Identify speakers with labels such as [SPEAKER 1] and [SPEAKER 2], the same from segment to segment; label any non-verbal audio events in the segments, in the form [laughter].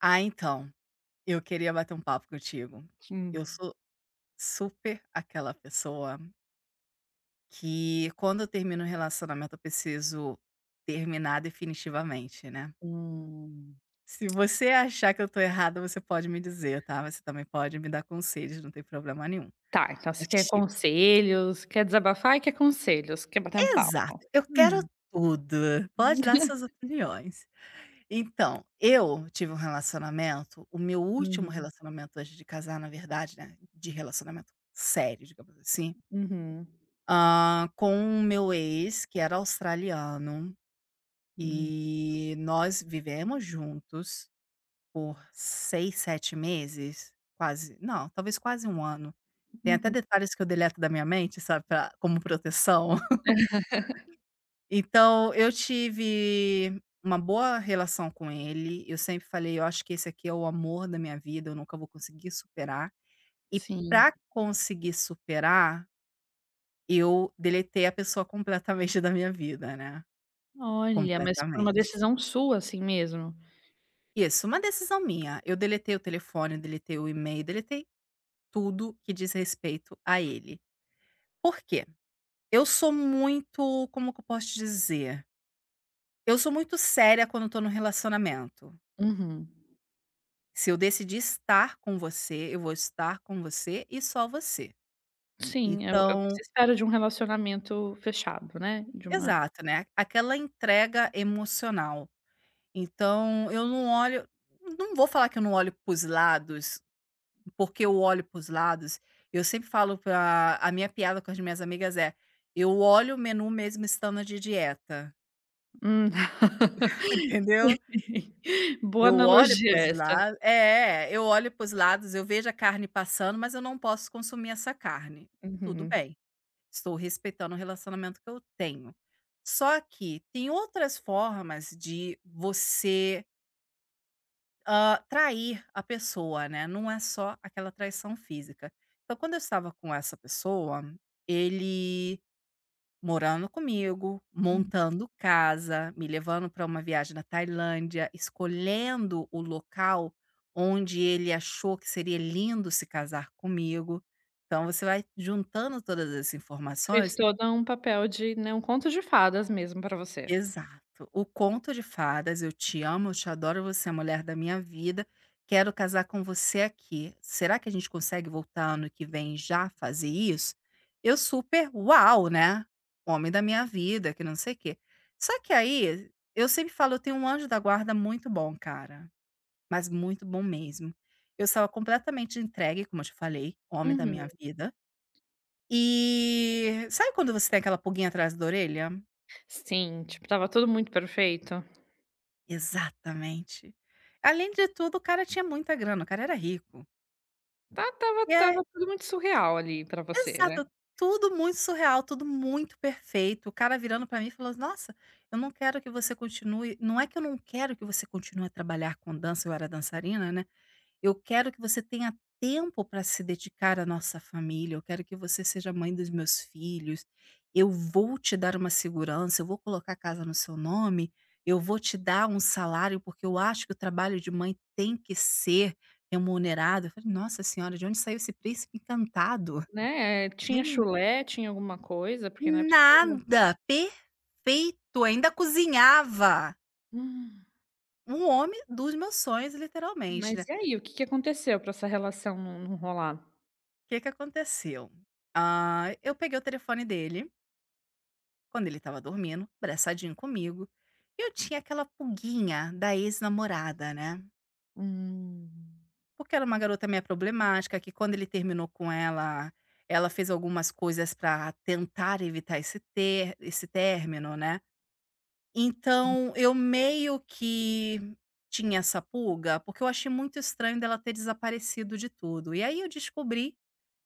[SPEAKER 1] Ah, então, eu queria bater um papo contigo. Eu
[SPEAKER 2] Hum.
[SPEAKER 1] sou super aquela pessoa que quando eu termino um relacionamento eu preciso terminar definitivamente, né.
[SPEAKER 2] Hum,
[SPEAKER 1] Se você achar que eu estou errada, você pode me dizer, tá. Você também pode me dar conselhos, não tem problema nenhum.
[SPEAKER 2] tá, então você quer conselhos, quer desabafar e quer conselhos, quer bater um pau.
[SPEAKER 1] Exato, eu quero
[SPEAKER 2] Hum.
[SPEAKER 1] tudo, pode dar suas
[SPEAKER 2] [laughs]
[SPEAKER 1] opiniões. Então, eu tive um relacionamento, o meu último
[SPEAKER 2] Uhum,
[SPEAKER 1] relacionamento antes de casar, na verdade, né, de relacionamento sério, digamos assim,
[SPEAKER 2] uhum,
[SPEAKER 1] com o meu ex, que era australiano,
[SPEAKER 2] hum,
[SPEAKER 1] e nós vivemos juntos por 6, 7 meses, quase não, talvez quase um ano. Tem até
[SPEAKER 2] uhum.
[SPEAKER 1] detalhes que eu deleto da minha mente, sabe, pra como proteção. Então, eu tive uma boa relação com ele, eu sempre falei: "Eu acho que esse aqui é o amor da minha vida, eu nunca vou conseguir superar". E
[SPEAKER 2] Sim.
[SPEAKER 1] pra conseguir superar, eu deletei a pessoa completamente [laughs] da minha vida, né,
[SPEAKER 2] Olha, mas por uma
[SPEAKER 1] completamente.
[SPEAKER 2] decisão sua, assim mesmo?
[SPEAKER 1] Isso, uma decisão minha, eu deletei o telefone, deletei o e-mail, deletei tudo que diz respeito a ele. Por quê? Eu sou muito, como que eu posso te dizer? Eu sou muito séria quando eu tô num relacionamento.
[SPEAKER 2] Uhum.
[SPEAKER 1] Se eu decidir estar com você, eu vou estar com você e só você.
[SPEAKER 2] Sim, é o que
[SPEAKER 1] Então
[SPEAKER 2] se espera de um relacionamento fechado, né, de uma
[SPEAKER 1] exato, né, aquela entrega emocional. Então eu não olho não vou falar que eu não olho para os lados, porque eu olho para os lados. Eu sempre falo pra, a minha piada com as minhas amigas é: "Eu olho o menu mesmo estando de dieta",
[SPEAKER 2] hum.
[SPEAKER 1] [laughs] entendeu?
[SPEAKER 2] [laughs] Boa
[SPEAKER 1] Eu olho
[SPEAKER 2] analogia
[SPEAKER 1] para os
[SPEAKER 2] essa.
[SPEAKER 1] lados, é, eu olho para os lados, eu vejo a carne passando, mas eu não posso consumir essa carne. Tudo
[SPEAKER 2] Uhum,
[SPEAKER 1] bem. Estou respeitando o relacionamento que eu tenho. Só que tem outras formas de você trair a pessoa, né? Não é só aquela traição física. Então, quando eu estava com essa pessoa, ele morando comigo,
[SPEAKER 2] hum.
[SPEAKER 1] montando casa, me levando para uma viagem na Tailândia, escolhendo o local onde ele achou que seria lindo se casar comigo. Então, você vai juntando todas essas
[SPEAKER 2] Fez
[SPEAKER 1] informações.
[SPEAKER 2] todo um papel de, né, um conto de fadas mesmo para você.
[SPEAKER 1] Exato. O conto de fadas, eu te amo, eu te adoro, você é a mulher da minha vida, quero casar com você aqui. Será que a gente consegue voltar ano que vem já fazer isso? Eu super, uau, né? Homem da minha vida, que não sei o quê. Só que aí, eu sempre falo, eu tenho um anjo da guarda muito bom, cara, mas muito bom mesmo. Eu estava completamente entregue, como eu te falei, homem da
[SPEAKER 2] Uhum.
[SPEAKER 1] minha vida. E sabe quando você tem aquela pulguinha atrás da orelha?
[SPEAKER 2] Sim, tipo, tava tudo muito perfeito.
[SPEAKER 1] Exatamente. Além de tudo, o cara tinha muita grana, o cara era rico.
[SPEAKER 2] Ta tava
[SPEAKER 1] E é
[SPEAKER 2] estava tudo muito surreal ali pra você, né.
[SPEAKER 1] exato, tudo muito surreal, tudo muito perfeito. O cara virando pra mim e falou: "Nossa, eu não quero que você continue", não é que eu não quero que você continue a trabalhar com dança, eu era dançarina, né. Eu quero que você tenha tempo para se dedicar à nossa família, eu quero que você seja mãe dos meus filhos, eu vou te dar uma segurança, eu vou colocar a casa no seu nome, eu vou te dar um salário, porque eu acho que o trabalho de mãe tem que ser remunerado. Eu falei: "Nossa senhora, de onde saiu esse príncipe encantado?"
[SPEAKER 2] Né, é, tinha
[SPEAKER 1] Nem
[SPEAKER 2] chulé, tinha alguma coisa, porque não é possível.
[SPEAKER 1] nada, perfeito, ainda cozinhava.
[SPEAKER 2] Hum,
[SPEAKER 1] Um homem dos meus sonhos, literalmente, né.
[SPEAKER 2] mas e aí, o que que aconteceu pra essa relação não rolar?
[SPEAKER 1] O que que aconteceu? Ah, eu peguei o telefone dele quando ele estava dormindo, abraçadinho comigo, eu tinha aquela pulguinha da ex-namorada, né?
[SPEAKER 2] Hum,
[SPEAKER 1] Porque era uma garota meio problemática, que quando ele terminou com ela, ela fez algumas coisas para tentar evitar esse, ter, esse término, né?
[SPEAKER 2] hum,
[SPEAKER 1] Então, eu meio que tinha essa pulga, porque eu achei muito estranho dela ter desaparecido de tudo. E aí eu descobri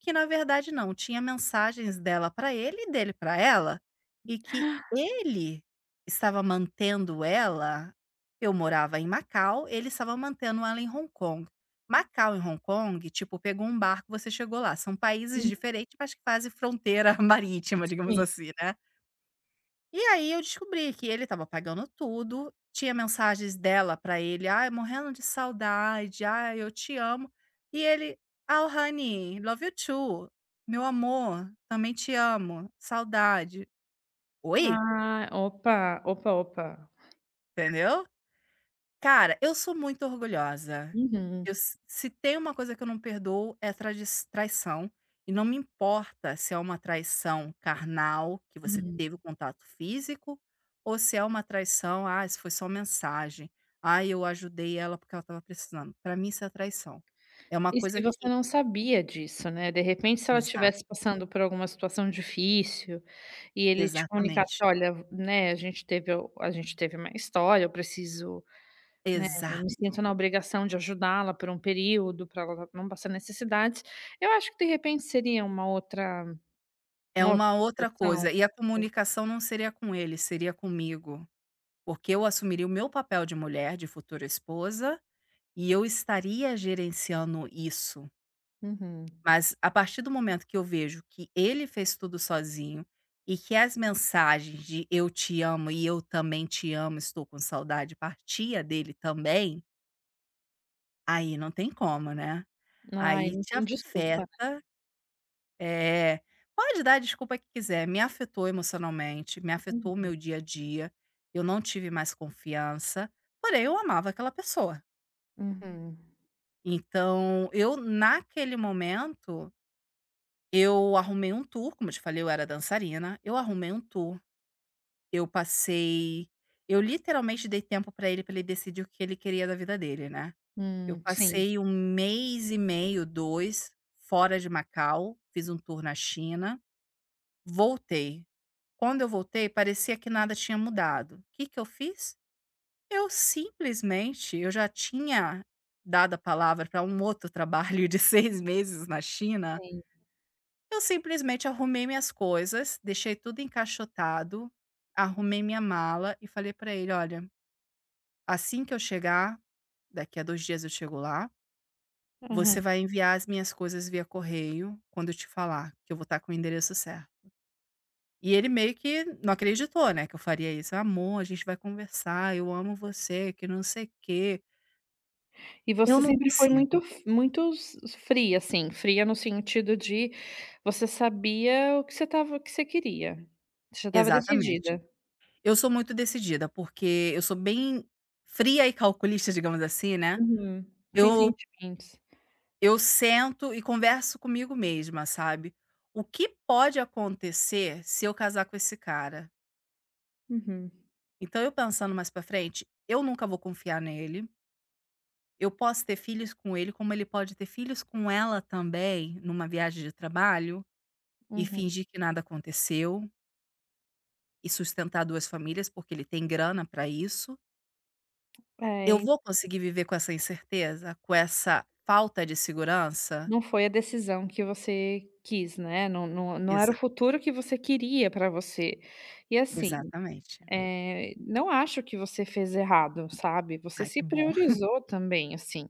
[SPEAKER 1] que na verdade não, tinha mensagens dela para ele e dele para ela, e que ele estava mantendo ela, eu morava em Macau, ele estava mantendo ela em Hong Kong. Macau e Hong Kong, tipo, pegou um barco, você chegou lá. São países
[SPEAKER 2] hum,
[SPEAKER 1] diferentes, mas que fazem fronteira [laughs] marítima, digamos
[SPEAKER 2] sim.
[SPEAKER 1] assim, né. E aí eu descobri que ele estava pagando tudo, tinha mensagens dela para ele: "Ai, morrendo de saudade. Ai, eu te amo". E ele: "Oh, honey, love you too. Meu amor, também te amo. Saudade". Oi?
[SPEAKER 2] Ah, opa, opa, opa.
[SPEAKER 1] Entendeu? Cara, eu sou muito orgulhosa.
[SPEAKER 2] Uhum,
[SPEAKER 1] Eu, se tem uma coisa que eu não perdoo é tradis traição, e não me importa se é uma traição carnal, que você
[SPEAKER 2] uhum.
[SPEAKER 1] teve contato físico, ou se é uma traição, "ah, se foi só mensagem, ah, eu ajudei ela porque ela estava precisando". Para mim isso é traição. É uma coisa
[SPEAKER 2] E você
[SPEAKER 1] que
[SPEAKER 2] não sabia disso, né, de repente se ela
[SPEAKER 1] exato,
[SPEAKER 2] estivesse passando por alguma situação difícil e ele te comunicasse:
[SPEAKER 1] exatamente,
[SPEAKER 2] "Olha, né, a gente teve uma história, eu preciso, né, eu
[SPEAKER 1] exato.
[SPEAKER 2] me sinto na obrigação de ajudá-la por um período, para ela não passar necessidades", eu acho que de repente seria uma outra
[SPEAKER 1] É uma outra
[SPEAKER 2] situação.
[SPEAKER 1] coisa, e a comunicação não seria com ele, seria comigo. Porque eu assumiria o meu papel de mulher, de futura esposa, e eu estaria gerenciando isso.
[SPEAKER 2] Uhum.
[SPEAKER 1] Mas a partir do momento que eu vejo que ele fez tudo sozinho e que as mensagens de "eu te amo" e "eu também te amo, estou com saudade" partia dele também, aí não tem como, né.
[SPEAKER 2] Ai,
[SPEAKER 1] Aí
[SPEAKER 2] não
[SPEAKER 1] te
[SPEAKER 2] tem desculpa, né.
[SPEAKER 1] afeta, é, pode dar a desculpa que quiser, me afetou emocionalmente, me afetou o
[SPEAKER 2] Uhum.
[SPEAKER 1] meu dia a dia, eu não tive mais confiança, porém eu amava aquela pessoa.
[SPEAKER 2] Uhum.
[SPEAKER 1] Então, eu naquele momento, eu arrumei um tour, como eu te falei, eu era dançarina, eu arrumei um tour, eu passei eu literalmente dei tempo pra ele decidir o que ele queria da vida dele, né. Eu
[SPEAKER 2] Sim,
[SPEAKER 1] passei um mês e meio, dois, fora de Macau, fiz um tour na China, voltei. Quando eu voltei, parecia que nada tinha mudado. O que que eu fiz? Eu já tinha dado a palavra para um outro trabalho de [laughs] 6 meses na China.
[SPEAKER 2] sim.
[SPEAKER 1] Eu simplesmente arrumei minhas coisas, deixei tudo encaixotado, arrumei minha mala e falei pra ele: "Olha, assim que eu chegar, daqui a 2 dias eu chego lá, você
[SPEAKER 2] Aham.
[SPEAKER 1] vai enviar as minhas coisas via correio quando eu te falar, que eu vou estar com o endereço certo". E ele meio que não acreditou, né, que eu faria isso. "Amor, a gente vai conversar, eu amo você, que não sei o quê".
[SPEAKER 2] E
[SPEAKER 1] Eu
[SPEAKER 2] você
[SPEAKER 1] não
[SPEAKER 2] sempre foi muito
[SPEAKER 1] consigo.
[SPEAKER 2] f muito s fria, assim, fria no sentido de você sabia o que você queria. Você já estava
[SPEAKER 1] Exatamente.
[SPEAKER 2] decidida.
[SPEAKER 1] Eu sou muito decidida, porque eu sou bem fria e calculista, digamos assim, né.
[SPEAKER 2] Uhum. Sem
[SPEAKER 1] Eu
[SPEAKER 2] sentimentos.
[SPEAKER 1] Eu sento e converso comigo mesma, sabe. O que pode acontecer se eu casar com esse cara?
[SPEAKER 2] Uhum,
[SPEAKER 1] Então eu pensando mais pra frente, eu nunca vou confiar nele, eu posso ter filhos com ele, como ele pode ter filhos com ela também, numa viagem de trabalho, e
[SPEAKER 2] uhum.
[SPEAKER 1] fingir que nada aconteceu, e sustentar 2 famílias, porque ele tem grana pra isso. Eu
[SPEAKER 2] É, e
[SPEAKER 1] vou conseguir viver com essa incerteza? Com essa falta de segurança?
[SPEAKER 2] não foi a decisão que você quis, né, não era o
[SPEAKER 1] Exa
[SPEAKER 2] futuro que você queria pra você. E assim,
[SPEAKER 1] exatamente.
[SPEAKER 2] não acho que você fez errado, sabe, você
[SPEAKER 1] Ai que
[SPEAKER 2] se
[SPEAKER 1] bom. [laughs]
[SPEAKER 2] priorizou também, assim.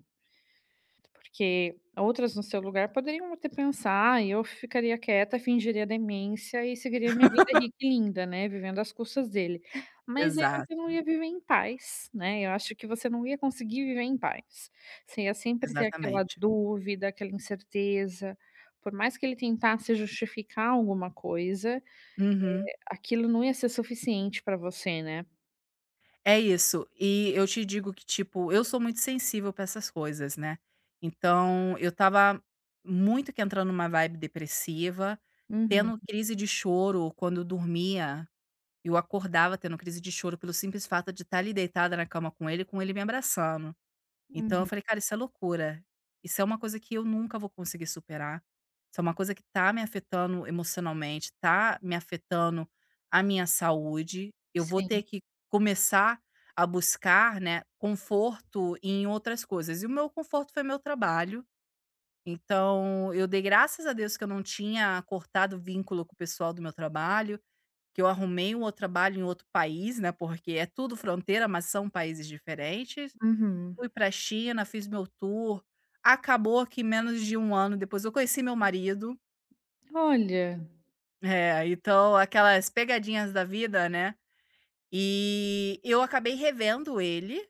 [SPEAKER 2] Porque outras no seu lugar poderiam até pensar e eu ficaria quieta, fingiria demência e seguiria minha vida rica e linda, né, vivendo às custas dele. Mas aí
[SPEAKER 1] Exato,
[SPEAKER 2] você não ia viver em paz, né, eu acho que você não ia conseguir viver em paz. Você ia sempre ter aquela
[SPEAKER 1] exatamente.
[SPEAKER 2] dúvida, aquela incerteza, por mais que ele tentasse justificar alguma coisa,
[SPEAKER 1] Uhum.
[SPEAKER 2] aquilo não ia ser suficiente para você, né.
[SPEAKER 1] É isso. E eu te digo que, tipo, eu sou muito sensível pra essas coisas, né. Então eu estava muito que entrando numa vibe depressiva,
[SPEAKER 2] Uhum,
[SPEAKER 1] tendo crise de choro quando eu dormia, eu acordava tendo crise de choro pelo simples fato de estar ali deitada na cama com ele me abraçando. Então eu
[SPEAKER 2] uhum.
[SPEAKER 1] falei: "Cara, isso é loucura. Isso é uma coisa que eu nunca vou conseguir superar. Isso é uma coisa que tá me afetando emocionalmente, tá me afetando a minha saúde. Eu vou ter
[SPEAKER 2] Sim,
[SPEAKER 1] que começar a buscar, né, conforto em outras coisas". E o meu conforto foi meu trabalho. Então eu dei graças a Deus que eu não tinha cortado o vínculo com o pessoal do meu trabalho, que eu arrumei um outro trabalho em outro país, né, porque é tudo fronteira, mas são países diferentes.
[SPEAKER 2] uhum.
[SPEAKER 1] Fui pra China, fiz meu tour, acabou que menos de um ano depois eu conheci meu marido,
[SPEAKER 2] Olha.
[SPEAKER 1] é, então aquelas pegadinhas da vida, né, e eu acabei revendo ele,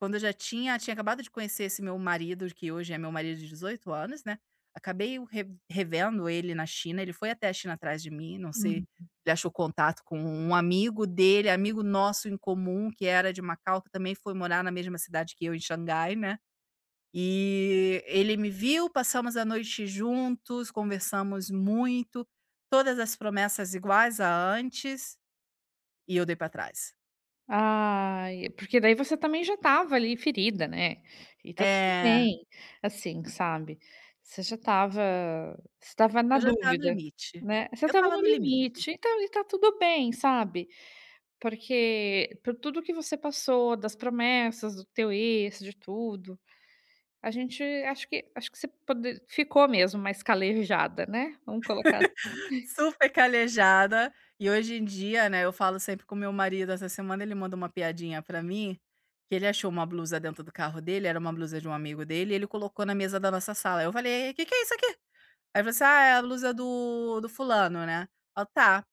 [SPEAKER 1] quando eu já tinha acabado de conhecer esse meu marido, que hoje é meu marido de 18 anos, né, acabei o re revendo ele na China, ele foi até a China atrás de mim, não sei,
[SPEAKER 2] Uhum.
[SPEAKER 1] ele achou contato com um amigo dele, amigo nosso em comum, que era de Macau, que também foi morar na mesma cidade que eu, em Xangai, né. E ele me viu, passamos a noite juntos, conversamos muito, todas as promessas iguais a antes, e eu dei para trás.
[SPEAKER 2] Ai, porque daí você também já estava ali ferida, né, e tá tudo
[SPEAKER 1] É,
[SPEAKER 2] bem, assim, sabe, você já estava você estava na
[SPEAKER 1] eu já estava no
[SPEAKER 2] dúvida,
[SPEAKER 1] limite.
[SPEAKER 2] né, você
[SPEAKER 1] Eu
[SPEAKER 2] estava
[SPEAKER 1] estava
[SPEAKER 2] no
[SPEAKER 1] no limite.
[SPEAKER 2] limite, então e tá tudo bem, sabe, porque por tudo que você passou, das promessas do teu ex, de tudo, a gente acho que você pode ficou mesmo mais calejada, né, vamos colocar
[SPEAKER 1] [laughs]
[SPEAKER 2] assim,
[SPEAKER 1] Super calejada, e hoje em dia, né, eu falo sempre com meu marido, essa semana ele manda uma piadinha pra mim, que ele achou uma blusa dentro do carro dele, era uma blusa de um amigo dele, e ele colocou na mesa da nossa sala. Eu falei: "O que que é isso aqui?" Aí ele falou assim: "Ah, é a blusa do fulano, né". Eu: "Tá".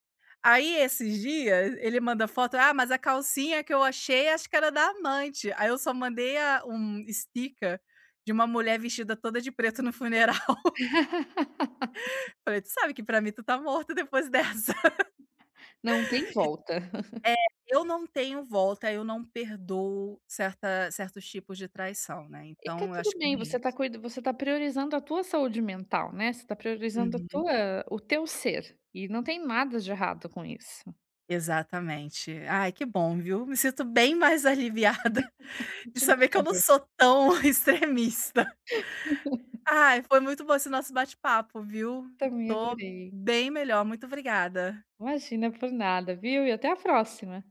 [SPEAKER 1] Aí, esses dias, ele manda foto: "Ah, mas a calcinha que eu achei, acho que era da amante". Aí eu só mandei a um sticker de uma mulher vestida toda de preto no funeral. [laughs] Falei: "Tu sabe que pra mim tu tá morto depois dessa".
[SPEAKER 2] não tem
[SPEAKER 1] [laughs] E,
[SPEAKER 2] volta.
[SPEAKER 1] é, eu não tenho volta, eu não perdoo certa certos tipos de traição, né,
[SPEAKER 2] E tá
[SPEAKER 1] então eu acho
[SPEAKER 2] tudo
[SPEAKER 1] que é
[SPEAKER 2] bem,
[SPEAKER 1] bem isso.
[SPEAKER 2] você tá priorizando a tua saúde mental, né, você tá priorizando a
[SPEAKER 1] Uhum,
[SPEAKER 2] tua o teu ser, e não tem nada de errado com isso.
[SPEAKER 1] exatamente. Ai, que bom, viu. Me sinto bem mais aliviada
[SPEAKER 2] A
[SPEAKER 1] [laughs] de
[SPEAKER 2] gente não se
[SPEAKER 1] saber que
[SPEAKER 2] é
[SPEAKER 1] eu não
[SPEAKER 2] bruxa.
[SPEAKER 1] sou tão [laughs] extremista.
[SPEAKER 2] [laughs]
[SPEAKER 1] Ai, foi muito bom esse nosso bate-papo, viu.
[SPEAKER 2] Também
[SPEAKER 1] Tô
[SPEAKER 2] adorei.
[SPEAKER 1] bem melhor. Muito obrigada.
[SPEAKER 2] Imagina, por nada, viu, e até a próxima.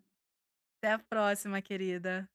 [SPEAKER 1] Até a próxima, querida.